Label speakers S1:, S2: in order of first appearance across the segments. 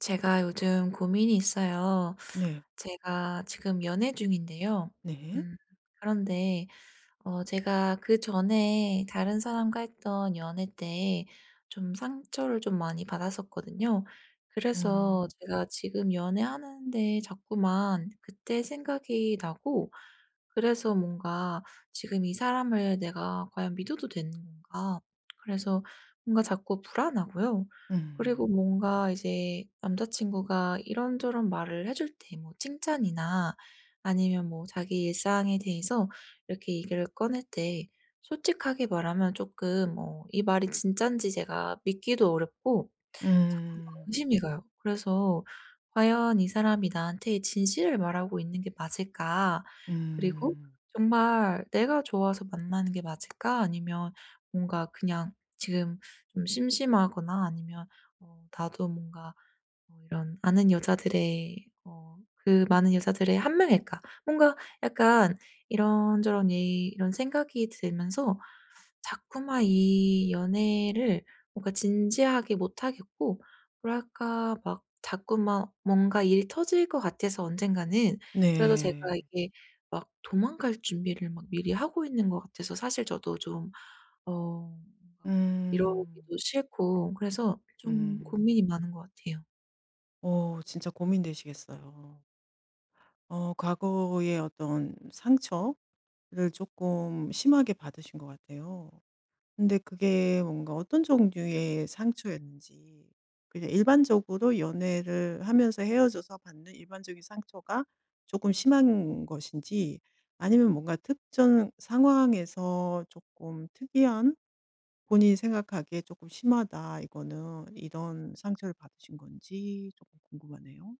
S1: 제가 요즘 고민이 있어요.
S2: 네.
S1: 제가 지금 연애 중인데요.
S2: 네.
S1: 음 그런데 제가 그전에 다른 사람과 했던 연애 때 좀 상처를 좀 많이 받았었거든요. 그래서
S2: 음.
S1: 제가 지금 연애하는데 자꾸만 그때 생각이 나고, 그래서 뭔가 지금 이 사람을 내가 과연 믿어도 되는 건가? 그래서 뭔가 자꾸 불안하고요. 그리고
S2: 음.
S1: 뭔가 이제 남자친구가 이런저런 말을 해줄 때, 뭐 칭찬이나 아니면 뭐 자기 일상에 대해서 이렇게 얘기를 꺼낼 때, 솔직하게 말하면 조금 이 말이 진짠지 제가 믿기도 어렵고 자꾸 막
S2: 음.
S1: 의심이 가요. 그래서 '과연 이 사람이 나한테 진실을 말하고 있는 게 맞을까? 그리고
S2: 음.
S1: 정말 내가 좋아서 만나는 게 맞을까? 아니면 뭔가 그냥 지금 좀 심심하거나, 아니면 나도 뭔가 이런, 아는 여자들의 그 많은 여자들의 한 명일까?' 뭔가 약간 이런저런 얘 이런 생각이 들면서 자꾸만 이 연애를 뭔가 진지하게 못 하겠고, 뭐랄까 막 자꾸만 뭔가 일이 터질 것 같아서 언젠가는. 그래서 제가
S2: 네.
S1: 이게 막 도망갈 준비를 막 미리 하고 있는 것 같아서, 사실 저도 좀 뭔가
S2: 음.
S1: 이러기도 싫고, 그래서 좀
S2: 음.
S1: 고민이 많은 것 같아요.
S2: 오, 진짜 고민되시겠어요. 과거의 어떤 상처를 조금 심하게 받으신 것 같아요. 근데 그게 뭔가 어떤 종류의 상처였는지 그냥 일반적으로 연애를 하면서 헤어져서 받는 일반적인 상처가 조금 심한 것인지 아니면 뭔가 특정 상황에서 조금 특이한 본인이 생각하기에 조금 심하다 이거는.' 이런 상처를 받으신 건지 조금 궁금하네요.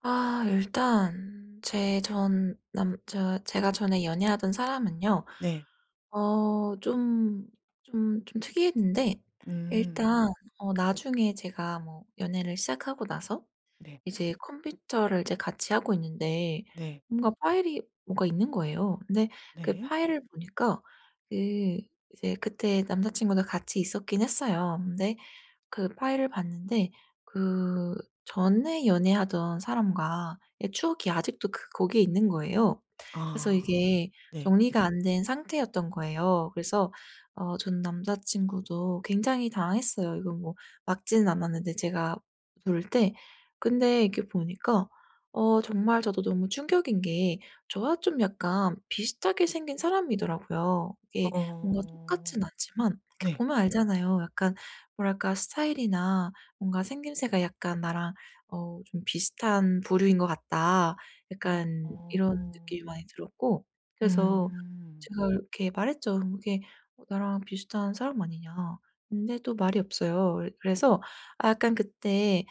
S1: 아, 일단 제 전 남자 제가 전에 연애하던 사람은요,
S2: 네.
S1: 좀 좀 특이했는데,
S2: 음.
S1: 일단 나중에 제가 뭐 연애를 시작하고 나서
S2: 네.
S1: 이제 컴퓨터를 이제 같이 하고 있는데,
S2: 네.
S1: 뭔가 파일이 뭐가 있는 거예요. 근데 그
S2: 네.
S1: 파일을 보니까, 그 이제 그때 남자친구도 같이 있었긴 했어요. 근데 그 파일을 봤는데, 그 전에 연애하던 사람과의 추억이 아직도 그 거기에 있는 거예요. 그래서
S2: 아.
S1: 이게
S2: 네.
S1: 정리가 안 된 상태였던 거예요. 그래서 전 남자 친구도 굉장히 당황했어요. 이건 뭐 막지는 않았는데 제가 부를 때. 근데 이렇게 보니까, 정말 저도 너무 충격인 게, 저와 좀 약간 비슷하게 생긴 사람이더라고요. 이게 뭔가 똑같진
S2: 어.
S1: 않지만 이렇게
S2: 네.
S1: 보면 알잖아요, 약간. 뭐랄까 스타일이나 뭔가 생김새가 약간 나랑 좀 비슷한 부류인 것 같다,
S2: 어.
S1: 약간
S2: 어.
S1: 이런 느낌이 많이 들었고. 그래서
S2: 음.
S1: 제가 이렇게 말했죠, 이게. "어, 나랑 비슷한 사람 아니냐." 근데 또 말이 없어요. 그래서 아 약간 그때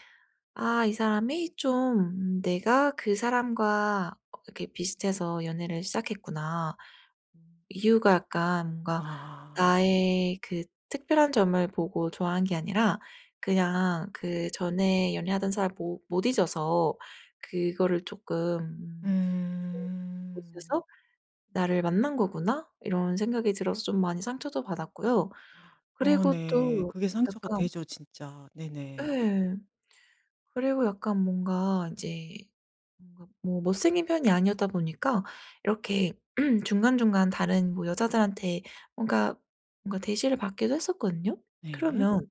S1: '아, 이 사람이 좀 내가 그 사람과 이렇게 비슷해서 연애를 시작했구나.' 이유가 약간 뭔가
S2: 아.
S1: 나의 그 특별한 점을 보고 좋아한 게 아니라, 그냥 그 전에 연애하던 사람 못 잊어서, 그거를 조금 못 잊어서
S2: 음.
S1: '나를 만난 거구나.' 이런 생각이 들어서 좀 많이 상처도 받았고요. 그리고
S2: 네.
S1: 또
S2: 그게 상처가
S1: 약간.
S2: 되죠 진짜. 네네.
S1: 예. 그리고 약간 뭔가 이제, 뭔가 뭐 못생긴 편이 아니었다 보니까 이렇게 중간중간 다른 뭐 여자들한테 뭔가 뭔가 대시를 받기도 했었거든요.
S2: 네.
S1: 그러면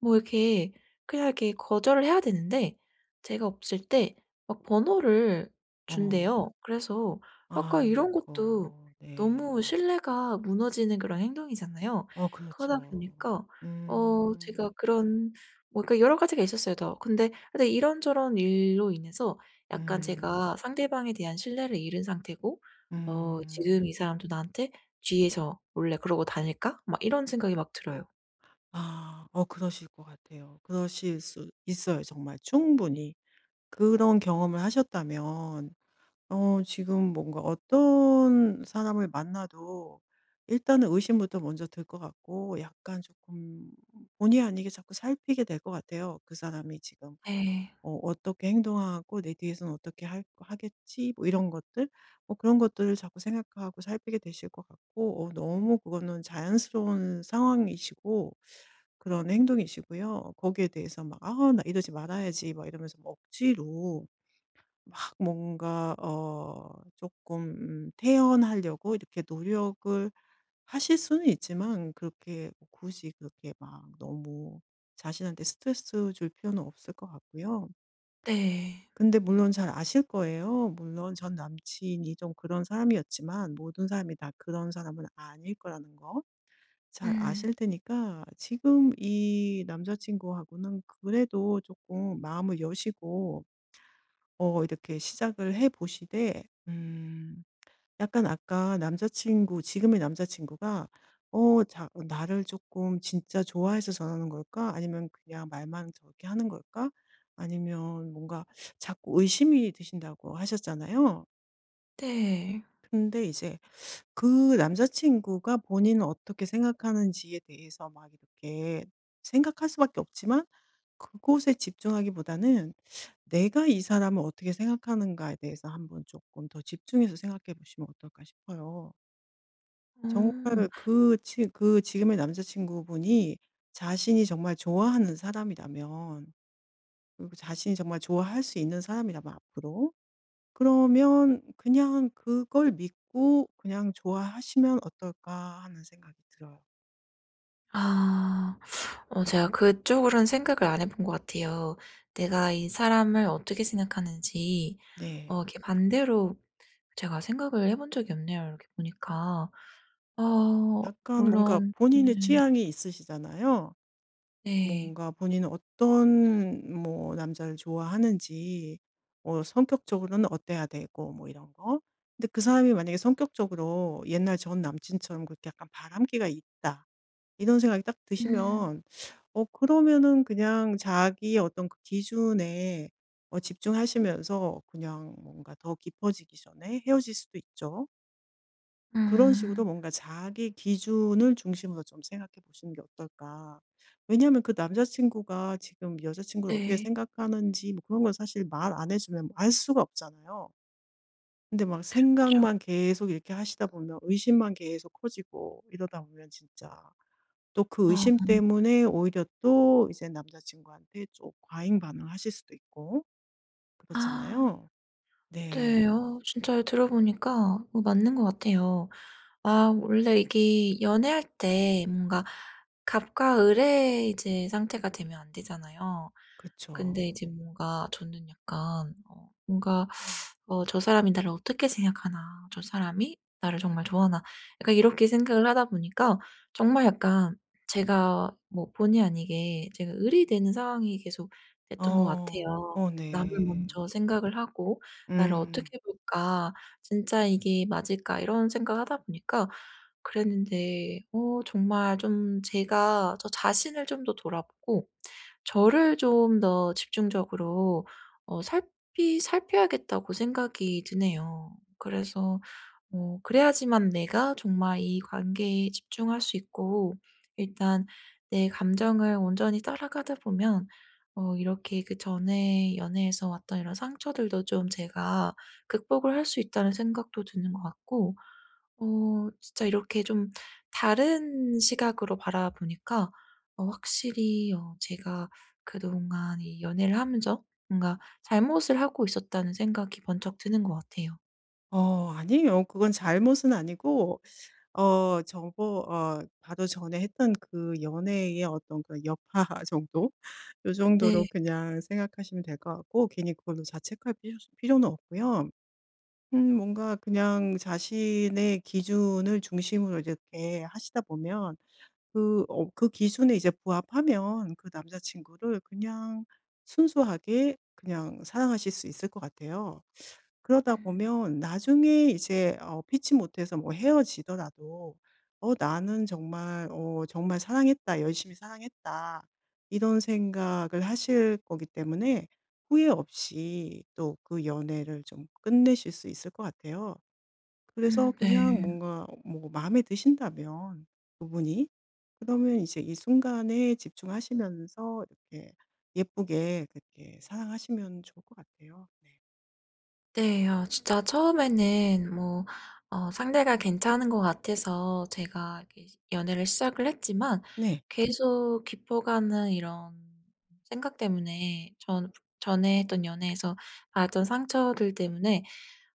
S1: 뭐 이렇게 그냥 이렇게 거절을 해야 되는데, 제가 없을 때 막 번호를
S2: 어.
S1: 준대요. 그래서 아까 이런, 네, 것도
S2: 아이고.
S1: 너무
S2: 네.
S1: 신뢰가 무너지는 그런 행동이잖아요. 그러다
S2: 그렇죠.
S1: 보니까
S2: 음.
S1: 제가 그런 뭐, 그러니까 여러 가지가 있었어요 더. 근데 이런저런 일로 인해서 약간
S2: 음.
S1: 제가 상대방에 대한 신뢰를 잃은 상태고, '지금
S2: 음.
S1: 이 사람도 나한테 뒤에서 몰래 그러고 다닐까?' 막 이런 생각이 막 들어요.
S2: 아. 그러실 것 같아요. 그러실 수 있어요 정말 충분히. 그런 경험을 하셨다면 지금 뭔가 어떤 사람을 만나도 일단은 의심부터 먼저 들 것 같고 약간 조금 본의 아니게 자꾸 살피게 될 것 같아요. '그 사람이 지금
S1: 예.
S2: 어떻게 행동하고 내 뒤에서는 어떻게 할 하겠지?' 뭐 이런 것들 뭐 그런 것들을 자꾸 생각하고 살피게 되실 것 같고 너무 그거는 자연스러운 상황이시고 그런 행동이시고요. 거기에 대해서 막 '아 나 이러지 말아야지.' 막 이러면서 막 억지로 막 뭔가 조금 태연하려고 이렇게 노력을 하실 수는 있지만 그렇게 뭐 굳이 그렇게 막 너무 자신한테 스트레스 줄 필요는 없을 것 같고요.
S1: 네.
S2: 근데 물론 잘 아실 거예요. 물론 전 남친이 좀 그런 사람이었지만 모든 사람이 다 그런 사람은 아닐 거라는 거 잘
S1: 음.
S2: 아실 테니까 지금 이 남자 친구하고는 그래도 조금 마음을 여시고 이렇게 시작을 해 보시되 약간 아까 남자친구 지금의 남자친구가 자 '나를 조금 진짜 좋아해서 전하는 걸까? 아니면 그냥 말만 저렇게 하는 걸까?' 아니면 뭔가 자꾸 의심이 드신다고 하셨잖아요.
S1: 네.
S2: 근데 이제 그 남자친구가 본인은 어떻게 생각하는지에 대해서 막 이렇게 생각할 수밖에 없지만 그곳에 집중하기보다는 '내가 이 사람을 어떻게 생각하는가.'에 대해서 한번 조금 더 집중해서 생각해 보시면 어떨까 싶어요. 정말
S1: 음..
S2: 그 지 그 지금의 남자친구분이 자신이 정말 좋아하는 사람이라면 그리고 자신이 정말 좋아할 수 있는 사람이라면 앞으로 그러면 그냥 그걸 믿고 그냥 좋아하시면 어떨까 하는 생각이 들어요.
S1: 아. 제가 그쪽으로는 생각을 안 해본 것 같아요. 내가 이 사람을 어떻게 생각하는지,
S2: 네.
S1: 이렇게 반대로 제가 생각을 해본 적이 없네요, 이렇게 보니까. 어
S2: 약간 뭔가
S1: 물론, 네.
S2: 본인의 취향이 있으시잖아요.
S1: 네.
S2: 뭔가 본인은 어떤 뭐 남자를 좋아하는지 뭐 성격적으로는 어때야 되고 뭐 이런 거. 근데 그 사람이 만약에 성격적으로 옛날 전 남친처럼 그렇게 약간 바람기가 있다. 이런 생각이 딱
S1: 음.
S2: 드시면 그러면은 그냥 자기의 어떤 그 기준에 집중하시면서 그냥 뭔가 더 깊어지기 전에 헤어질 수도 있죠. 그런
S1: 음.
S2: 식으로 뭔가 자기 기준을 중심으로 좀 생각해 보시는 게 어떨까. 왜냐하면 그 남자친구가 지금 여자친구를 어떻게
S1: 네.
S2: 생각하는지 뭐 그런 건 사실 말 안 해주면 알 수가 없잖아요. 근데 막
S1: 그쵸.
S2: 생각만 계속 이렇게 하시다 보면 의심만 계속 커지고 이러다 보면 진짜 또 그
S1: 어.
S2: 의심 때문에 오히려 또 이제 남자친구한테 좀 과잉 반응하실 수도 있고
S1: 아.
S2: 그렇잖아요.
S1: 네.
S2: 네.
S1: 진짜 들어 보니까 맞는 것 같아요. 아, 원래 이게 연애할 때 뭔가 갑과 을의 이제 상태가 되면 안 되잖아요. 근데
S2: 그쵸.
S1: 이제 뭔가 저는 약간 뭔가, '어, 저 사람이 나를 어떻게 생각하나. 저 사람이 나를 정말 좋아하나.' 약간 이렇게 생각을 하다 보니까, 정말 약간 제가 뭐 본의 아니게 제가 을이 되는 상황이 계속 됐던 것
S2: 어.
S1: 같아요. 남을
S2: 네.
S1: 먼저 생각을 하고 '나를
S2: 음.
S1: 어떻게 볼까? 진짜 이게 맞을까?' 이런 생각을 하다 보니까 그랬는데, 정말 좀 제가 저 자신을 좀 더 돌아보고, 저를 좀 더 집중적으로 살피 살펴야겠다고 생각이 드네요. 그래서 그래야지만 내가 정말 이 관계에 집중할 수 있고, 일단 내 감정을 온전히 따라가다 보면 이렇게 그전에 연애에서 왔던 이런 상처들도 좀 제가 극복을 할 수 있다는 생각도 드는 것 같고, 진짜 이렇게 좀 다른 시각으로 바라보니까 확실히 제가 그동안 이 연애를 하면서 뭔가 잘못을 하고 있었다는 생각이 번쩍 드는 것 같아요.
S2: 아니에요. 그건 잘못은 아니고 어 저버 어 바로 전에 했던 그 연애의 어떤 그 여파 정도? 요
S1: 네.
S2: 정도로 그냥 생각하시면 될 것 같고 괜히 그걸로 자책할 필요는 없고요. 뭔가 그냥 자신의 기준을 중심으로 이렇게 하시다 보면 그 기준에 이제 부합하면 그 남자 친구를 그냥 순수하게 그냥 사랑하실 수 있을 것 같아요. 그러다
S1: 음.
S2: 보면 나중에 이제 피치 못해서 뭐 헤어지더라도 나는 정말 정말 사랑했다. 열심히 사랑했다.' 이런 생각을 하실 거기 때문에 후회 없이 또 그 연애를 좀 끝내실 수 있을 것 같아요. 그래서
S1: 음. 네.
S2: 그냥 뭔가 뭐 마음에 드신다면 그분이 그러면 이제 이 순간에 집중하시면서 이렇게 예쁘게 그렇게 사랑하시면 좋을 것 같아요. 네.
S1: 네. 아, 진짜 처음에는 뭐 상대가 괜찮은 것 같아서 제가 이렇게 연애를 시작을 했지만,
S2: 네.
S1: 계속 깊어가는 이런 생각 때문에, 전 전에 했던 연애에서 받았던 상처들 때문에,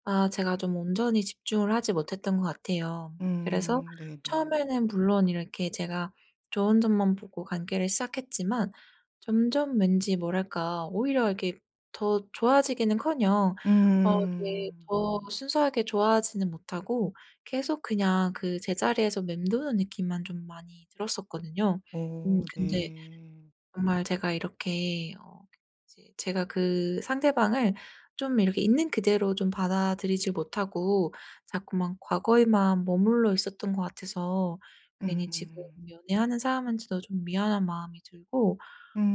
S1: 아 제가 좀 온전히 집중을 하지 못했던 것 같아요. 그래서
S2: 네네.
S1: 처음에는 물론 이렇게 제가 좋은 점만 보고 관계를 시작했지만, 점점 왠지 뭐랄까, 오히려 이렇게 더 좋아지기는커녕 이렇게
S2: 음.
S1: 더 순수하게 좋아하지는 못하고 계속 그냥 그 제자리에서 맴도는 느낌만 좀 많이 들었었거든요.
S2: 오,
S1: 근데
S2: 네.
S1: 정말 제가 이렇게 이제 제가 그 상대방을 좀 이렇게 있는 그대로 좀 받아들이질 못하고 자꾸만 과거에만 머물러 있었던 것 같아서, 괜히 지금
S2: 음.
S1: 연애하는 사람한테도 좀 미안한 마음이 들고.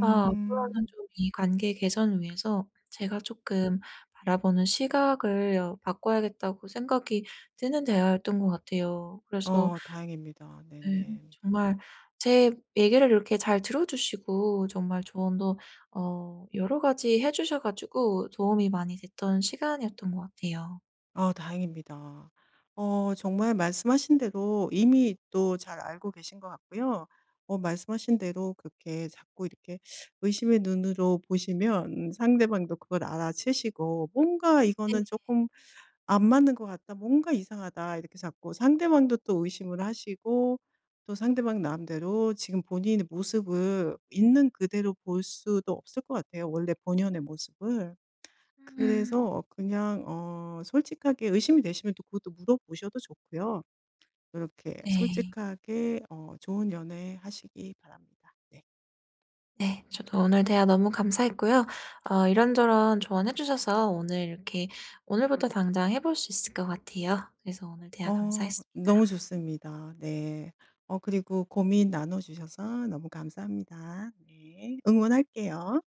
S1: 아, 앞으로는 좀 이 관계 개선을 위해서 제가 조금 바라보는 시각을 바꿔야겠다고 생각이 드는 대화였던 것 같아요. 그래서.
S2: 다행입니다.
S1: 네.
S2: 네네.
S1: 정말 제 얘기를 이렇게 잘 들어주시고, 정말 조언도 여러 가지 해 주셔 가지고 도움이 많이 됐던 시간이었던 것 같아요.
S2: 아 다행입니다. 정말 말씀하신 대로 이미 또 잘 알고 계신 것 같고요. 말씀하신 대로 그렇게 자꾸 이렇게 의심의 눈으로 보시면 상대방도 그걸 알아채시고 '뭔가
S1: 네.
S2: 이거는 조금 안 맞는 것 같다. 뭔가 이상하다.' 이렇게 자꾸 상대방도 또 의심을 하시고 또 상대방 마음대로 지금 본인의 모습을 있는 그대로 볼 수도 없을 것 같아요 원래 본연의 모습을.
S1: 음.
S2: 그래서 그냥 솔직하게 의심이 되시면 또 그것도 물어보셔도 좋고요. 이렇게
S1: 네.
S2: 솔직하게 좋은 연애 하시기 바랍니다. 네.
S1: 네. 저도 오늘 대화 너무 감사했고요. 이런저런 조언해 주셔서 오늘 이렇게 오늘부터 당장 해볼 수 있을 것 같아요. 그래서 오늘 대화 감사했습 니다.
S2: 너무 좋습니다. 네. 그리고 고민 나눠 주셔서 너무 감사합니다. 네. 응원할게요.